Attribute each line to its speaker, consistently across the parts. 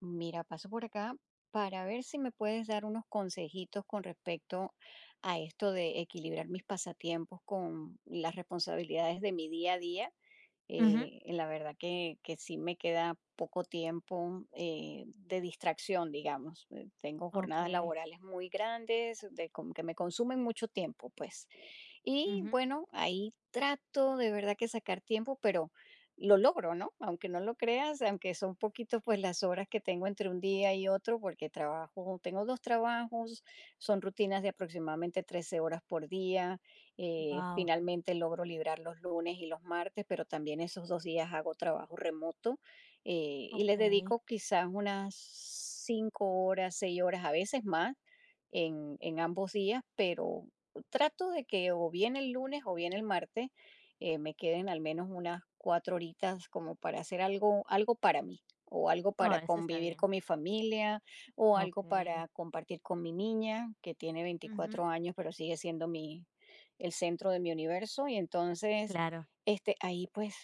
Speaker 1: Mira, paso por acá para ver si me puedes dar unos consejitos con respecto a esto de equilibrar mis pasatiempos con las responsabilidades de mi día a día.
Speaker 2: Ujú,
Speaker 1: Y la verdad que sí me queda poco tiempo de distracción, digamos. Tengo jornadas
Speaker 2: okey,
Speaker 1: laborales muy grandes, de, como que me consumen mucho tiempo, pues. Y
Speaker 2: ujú.
Speaker 1: bueno, ahí trato de verdad que sacar tiempo, pero lo logro, ¿no? Aunque no lo creas, aunque son poquitos pues las horas que tengo entre un día y otro, porque trabajo, tengo dos trabajos, son rutinas de aproximadamente 13 horas por día,
Speaker 2: Guau,
Speaker 1: finalmente logro librar los lunes y los martes, pero también esos dos días hago trabajo remoto, y les
Speaker 2: okey.
Speaker 1: dedico quizás unas 5 horas, 6 horas, a veces más en ambos días, pero trato de que o bien el lunes o bien el martes me queden al menos unas 4 horitas como para hacer algo, algo para mí o algo
Speaker 2: Oh,
Speaker 1: para
Speaker 2: eso está
Speaker 1: convivir
Speaker 2: bien.
Speaker 1: con mi familia, o algo
Speaker 2: Okey.
Speaker 1: para compartir con mi niña, que tiene
Speaker 2: Ujú,
Speaker 1: 24 años, pero sigue siendo mi, el centro de mi universo. Y entonces
Speaker 2: claro.
Speaker 1: ahí pues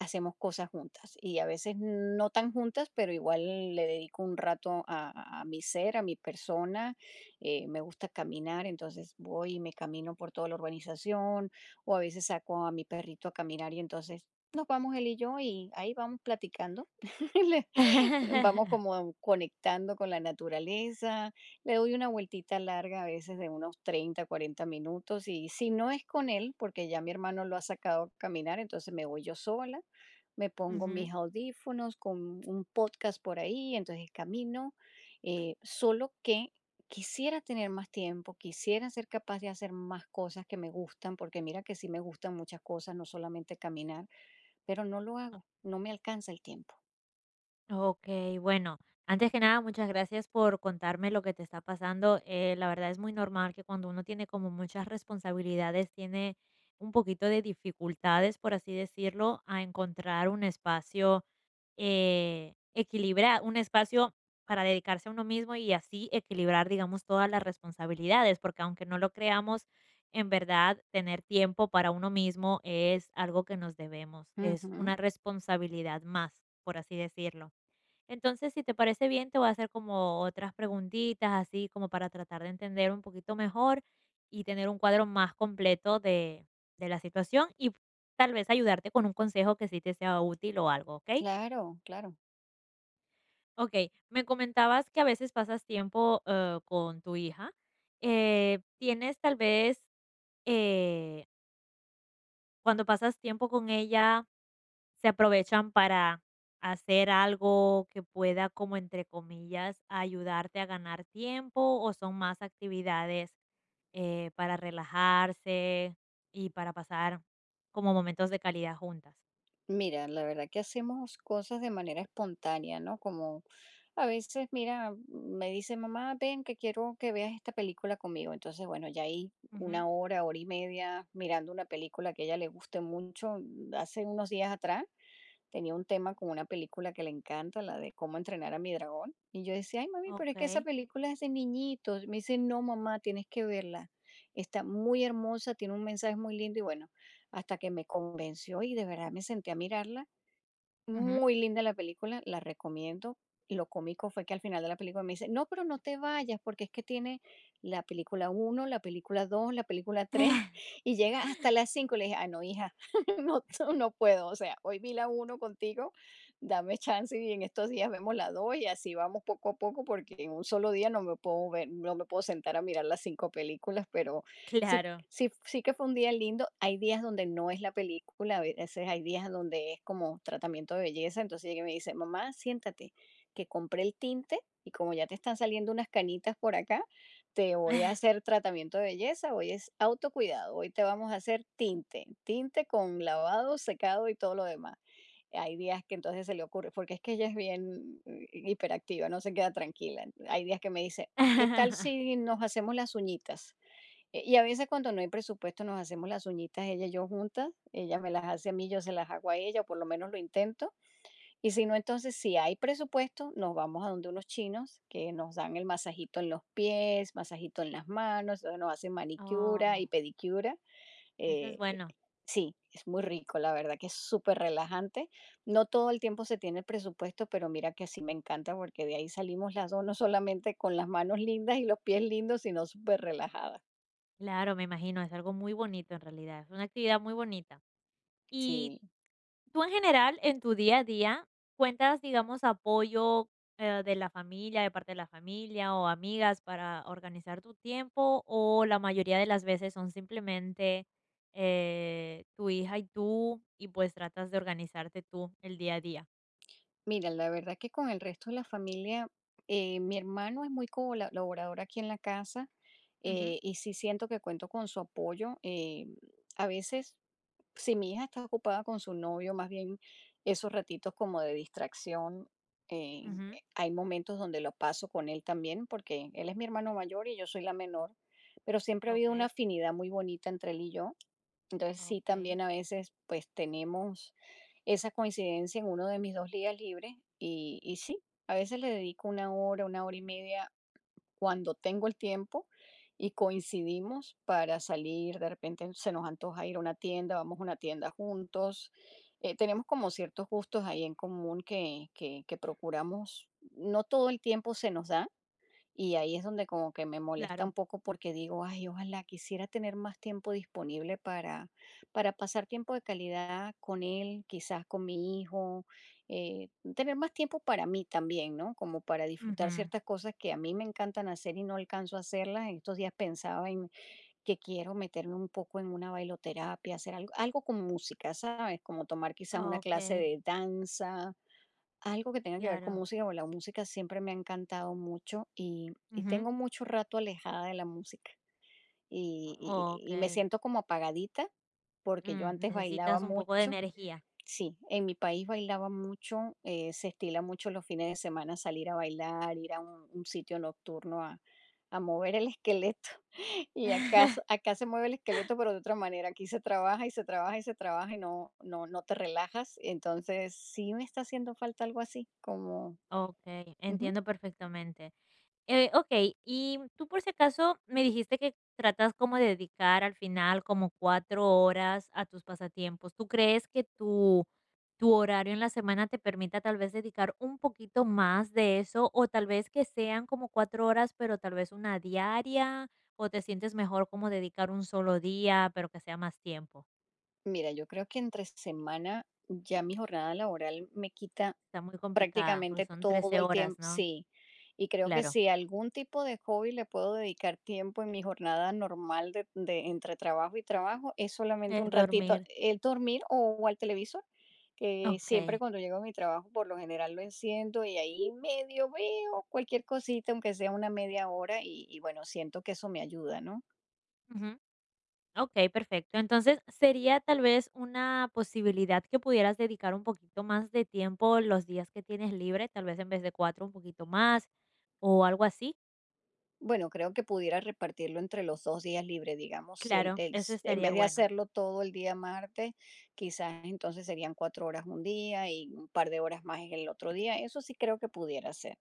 Speaker 1: hacemos cosas juntas y a veces no tan juntas, pero igual le dedico un rato mi ser, a mi persona. Me gusta caminar, entonces voy y me camino por toda la urbanización o a veces saco a mi perrito a caminar y entonces nos vamos él y yo y ahí vamos platicando. Le- Vamos como conectando con la naturaleza. Le doy una vueltita larga a veces de unos 30 40 minutos y si no es con él, porque ya mi hermano lo ha sacado a caminar, entonces me voy yo sola, me pongo
Speaker 2: Ujú.
Speaker 1: mis audífonos con un podcast por ahí, entonces camino, solo que quisiera tener más tiempo, quisiera ser capaz de hacer más cosas que me gustan, porque mira que sí me gustan muchas cosas, no solamente caminar, pero no lo hago, no me alcanza el tiempo.
Speaker 2: Okey, bueno, antes que nada, muchas gracias por contarme lo que te está pasando. La verdad es muy normal que cuando uno tiene como muchas responsabilidades, tiene un poquito de dificultades, por así decirlo, a encontrar un espacio equilibrar un espacio para dedicarse a uno mismo y así equilibrar, digamos, todas las responsabilidades, porque aunque no lo creamos, en verdad, tener tiempo para uno mismo es algo que nos debemos, es
Speaker 1: Ujú.
Speaker 2: una responsabilidad más, por así decirlo. Entonces, si te parece bien, te voy a hacer como otras preguntitas, así como para tratar de entender un poquito mejor y tener un cuadro más completo de la situación y tal vez ayudarte con un consejo que sí te sea útil o algo, ¿ok?
Speaker 1: Claro, claro.
Speaker 2: Okey, me comentabas que a veces pasas tiempo, con tu hija. ¿Tienes tal vez, eh, cuando pasas tiempo con ella, se aprovechan para hacer algo que pueda, como entre comillas, ayudarte a ganar tiempo, o son más actividades, para relajarse y para pasar como momentos de calidad juntas?
Speaker 1: Mira, la verdad que hacemos cosas de manera espontánea, ¿no? Como a veces, mira, me dice mamá, ven que quiero que veas esta película conmigo. Entonces, bueno, ya ahí
Speaker 2: Ujú.
Speaker 1: 1 hora, 1 hora y media mirando una película que a ella le guste mucho. Hace unos días atrás tenía un tema con una película que le encanta, la de cómo entrenar a mi dragón. Y yo decía, ay, mami, pero es que esa
Speaker 2: Okey.
Speaker 1: película es de niñitos. Me dice, no, mamá, tienes que verla. Está muy hermosa, tiene un mensaje muy lindo. Y bueno, hasta que me convenció y de verdad me senté a mirarla.
Speaker 2: Ujú.
Speaker 1: Muy linda la película, la recomiendo. Lo cómico fue que al final de la película me dice, no, pero no te vayas porque es que tiene la película uno, la película dos, la película 3 y llega hasta las cinco. Le dije, ah, no, hija, no, no puedo. O sea, hoy vi la uno contigo, dame chance y en estos días vemos la 2 y así vamos poco a poco porque en un solo día no me puedo ver, no me puedo sentar a mirar las cinco películas, pero sí.
Speaker 2: Claro.
Speaker 1: Sí, sí que fue un día lindo. Hay días donde no es la película, a veces hay días donde es como tratamiento de belleza. Entonces ella me dice, mamá, siéntate, que compré el tinte y como ya te están saliendo unas canitas por acá, te voy a hacer tratamiento de belleza. Hoy es autocuidado, hoy te vamos a hacer tinte, tinte con lavado, secado y todo lo demás. Hay días que entonces se le ocurre, porque es que ella es bien hiperactiva, no se queda tranquila. Hay días que me dice, ¿qué tal si nos hacemos las uñitas? Y a veces cuando no hay presupuesto nos hacemos las uñitas ella y yo juntas, ella me las hace a mí, yo se las hago a ella, o por lo menos lo intento. Y si no, entonces si hay presupuesto, nos vamos a donde unos chinos que nos dan el masajito en los pies, masajito en las manos, donde nos hacen manicura y
Speaker 2: Oh.
Speaker 1: pedicura.
Speaker 2: Eso es
Speaker 1: eh, eh,
Speaker 2: bueno.
Speaker 1: sí, es muy rico, la verdad que es súper relajante. No todo el tiempo se tiene el presupuesto, pero mira que sí me encanta porque de ahí salimos las dos, no solamente con las manos lindas y los pies lindos, sino súper relajadas.
Speaker 2: Claro, me imagino, es algo muy bonito en realidad, es una actividad muy bonita. Y
Speaker 1: Sí.
Speaker 2: tú en general, en tu día a día, ¿cuentas, digamos, apoyo, de la familia, de parte de la familia o amigas para organizar tu tiempo? ¿O la mayoría de las veces son simplemente, tu hija y tú, y pues tratas de organizarte tú el día a día?
Speaker 1: Mira, la verdad que con el resto de la familia, mi hermano es muy colaborador aquí en la casa,
Speaker 2: Ujú,
Speaker 1: y sí siento que cuento con su apoyo. A veces, si mi hija está ocupada con su novio, más bien esos ratitos como de distracción, eh,
Speaker 2: ujú.
Speaker 1: hay momentos donde lo paso con él también, porque él es mi hermano mayor y yo soy la menor, pero siempre ha habido una
Speaker 2: Okey,
Speaker 1: afinidad muy bonita entre él y yo. Entonces sí,
Speaker 2: okey.
Speaker 1: también a veces pues tenemos esa coincidencia en uno de mis dos días libres y sí, a veces le dedico 1 hora, 1 hora y media cuando tengo el tiempo y coincidimos para salir, de repente se nos antoja ir a una tienda, vamos a una tienda juntos. Tenemos como ciertos gustos ahí en común que que procuramos, no todo el tiempo se nos da, y ahí es donde como que me molesta un
Speaker 2: Claro.
Speaker 1: poco porque digo, ay, ojalá quisiera tener más tiempo disponible para pasar tiempo de calidad con él, quizás con mi hijo, eh, tener más tiempo para mí también, ¿no? Como para disfrutar
Speaker 2: Ujú.
Speaker 1: ciertas cosas que a mí me encantan hacer y no alcanzo a hacerlas. En estos días pensaba en que quiero meterme un poco en una bailoterapia, hacer algo, algo con música, ¿sabes? Como tomar quizás una clase
Speaker 2: Okey,
Speaker 1: de danza, algo que tenga que ver con
Speaker 2: claro.
Speaker 1: música, o la música siempre me ha encantado mucho y
Speaker 2: Ujú.
Speaker 1: tengo mucho rato alejada de la música
Speaker 2: O
Speaker 1: y me siento como apagadita porque yo antes bailaba
Speaker 2: Necesitas un poco de
Speaker 1: mucho.
Speaker 2: energía.
Speaker 1: Sí, en mi país bailaba mucho, se estila mucho los fines de semana salir a bailar, ir a un sitio nocturno a mover el esqueleto. Y acá, acá se mueve el esqueleto, pero de otra manera. Aquí se trabaja y se trabaja y se trabaja y no, no, no te relajas. Entonces sí me está haciendo falta algo así, como
Speaker 2: Okey,
Speaker 1: ujú.
Speaker 2: entiendo perfectamente. Okey, y tú, por si acaso, me dijiste que tratas como de dedicar al final como 4 horas a tus pasatiempos. ¿Tú crees que tu horario en la semana te permita, tal vez, dedicar un poquito más de eso? O tal vez que sean como 4 horas, pero tal vez una diaria, ¿o te sientes mejor como dedicar un solo día, pero que sea más tiempo?
Speaker 1: Mira, yo creo que entre semana ya mi jornada laboral me quita
Speaker 2: Está muy complicada, porque
Speaker 1: prácticamente
Speaker 2: son
Speaker 1: todo
Speaker 2: 13
Speaker 1: el tiempo,
Speaker 2: horas, ¿no?
Speaker 1: sí. Y creo que
Speaker 2: Claro,
Speaker 1: si algún tipo de hobby le puedo dedicar tiempo en mi jornada normal de entre trabajo y trabajo, es solamente un
Speaker 2: es
Speaker 1: ratito,
Speaker 2: dormir.
Speaker 1: el dormir o al televisor, que siempre
Speaker 2: Okey,
Speaker 1: cuando llego a mi trabajo por lo general lo enciendo y ahí medio veo cualquier cosita, aunque sea una media hora, y bueno, siento que eso me ayuda, ¿no?
Speaker 2: ujú. Okey, perfecto. Entonces, sería tal vez una posibilidad que pudieras dedicar un poquito más de tiempo los días que tienes libre, tal vez en vez de 4 un poquito más, o algo así.
Speaker 1: Bueno, creo que pudiera repartirlo entre los dos días libres, digamos, si
Speaker 2: Claro, eso
Speaker 1: en vez
Speaker 2: estaría
Speaker 1: de
Speaker 2: bueno.
Speaker 1: hacerlo todo el día martes, quizás entonces serían 4 horas un día y un par de horas más en el otro día. Eso sí creo que pudiera ser.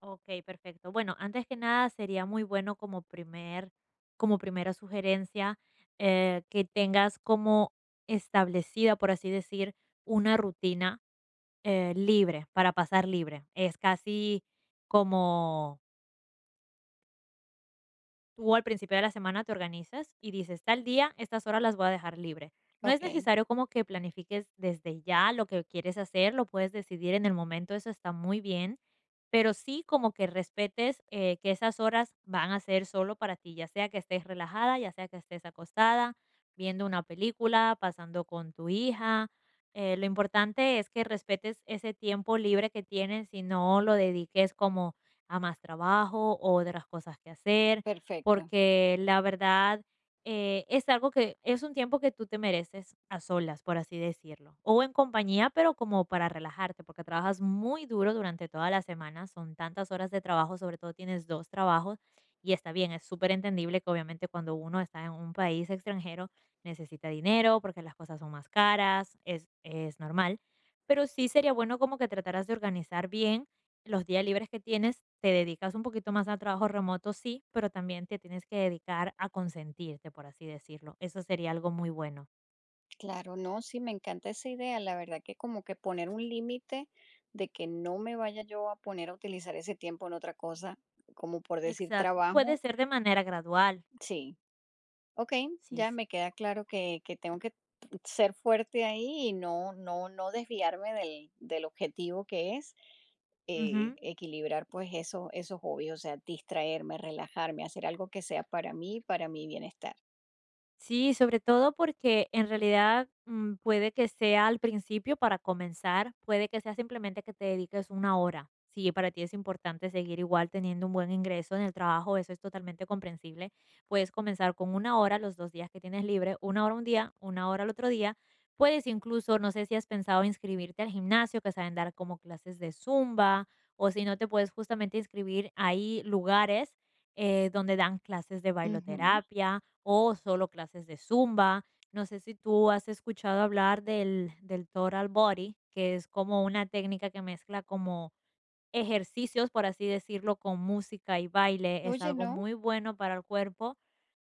Speaker 2: Okey, perfecto. Bueno, antes que nada, sería muy bueno como primera sugerencia, que tengas como establecida, por así decir, una rutina libre, para pasar libre. Es casi como, tú al principio de la semana te organizas y dices, tal día, estas horas las voy a dejar libre. No es
Speaker 1: Ok,
Speaker 2: necesario como que planifiques desde ya lo que quieres hacer, lo puedes decidir en el momento, eso está muy bien, pero sí como que respetes, que esas horas van a ser solo para ti, ya sea que estés relajada, ya sea que estés acostada, viendo una película, pasando con tu hija. Lo importante es que respetes ese tiempo libre que tienes y no lo dediques como a más trabajo o otras cosas que hacer,
Speaker 1: perfecto.
Speaker 2: porque la verdad, es algo, que es un tiempo que tú te mereces a solas, por así decirlo, o en compañía, pero como para relajarte, porque trabajas muy duro durante toda la semana, son tantas horas de trabajo, sobre todo tienes dos trabajos, y está bien, es súper entendible que obviamente cuando uno está en un país extranjero necesita dinero porque las cosas son más caras, es normal, pero sí sería bueno como que trataras de organizar bien los días libres que tienes, te dedicas un poquito más a trabajo remoto, sí, pero también te tienes que dedicar a consentirte, por así decirlo. Eso sería algo muy bueno.
Speaker 1: Claro, no, sí, me encanta esa idea. La verdad que como que poner un límite de que no me vaya yo a poner a utilizar ese tiempo en otra cosa, como por decir
Speaker 2: Exacto.
Speaker 1: trabajo,
Speaker 2: Puede ser de manera gradual.
Speaker 1: sí. Ok,
Speaker 2: Sí,
Speaker 1: ya
Speaker 2: sí.
Speaker 1: me queda claro que tengo que ser fuerte ahí y no, no, no desviarme del objetivo que es
Speaker 2: Ujú.
Speaker 1: equilibrar pues eso, esos hobbies, o sea, distraerme, relajarme, hacer algo que sea para mí, para mi bienestar.
Speaker 2: Sí, sobre todo porque en realidad, puede que sea al principio, para comenzar, puede que sea simplemente que te dediques 1 hora. Si para ti es importante seguir igual teniendo un buen ingreso en el trabajo, eso es totalmente comprensible. Puedes comenzar con 1 hora los 2 días que tienes libre, 1 hora un día, 1 hora el otro día. Puedes incluso, no sé si has pensado inscribirte al gimnasio, que saben dar como clases de zumba, o si no te puedes justamente inscribir, hay lugares donde dan clases de
Speaker 1: Ujú.
Speaker 2: bailoterapia o solo clases de Zumba. No sé si tú has escuchado hablar del Total Body, que es como una técnica que mezcla como ejercicios, por así decirlo, con música y baile. Es
Speaker 1: Oye,
Speaker 2: algo
Speaker 1: no,
Speaker 2: muy bueno para el cuerpo,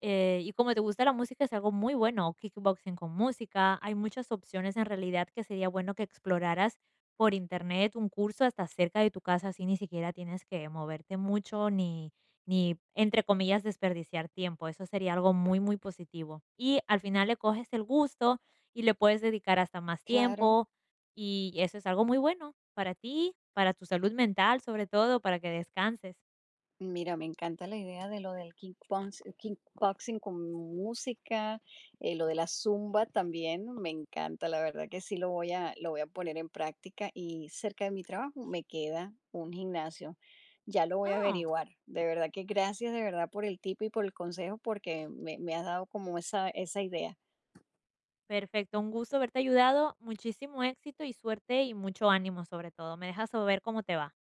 Speaker 2: y como te gusta la música, es algo muy bueno, kickboxing con música. Hay muchas opciones en realidad, que sería bueno que exploraras por internet, un curso hasta cerca de tu casa, así ni siquiera tienes que moverte mucho, ni, entre comillas desperdiciar tiempo. Eso sería algo muy, muy positivo. Y al final le coges el gusto y le puedes dedicar hasta más
Speaker 1: claro.
Speaker 2: tiempo y eso es algo muy bueno para ti, para tu salud mental, sobre todo, para que descanses.
Speaker 1: Mira, me encanta la idea de lo del kickboxing con música, lo de la zumba también, me encanta, la verdad que sí lo voy lo voy a poner en práctica y cerca de mi trabajo me queda un gimnasio. Ya lo voy a
Speaker 2: Ah.
Speaker 1: averiguar. De verdad que gracias de verdad por el tip y por el consejo porque me has dado como esa idea.
Speaker 2: Perfecto, un gusto haberte ayudado, muchísimo éxito y suerte y mucho ánimo sobre todo. Me dejas saber cómo te va.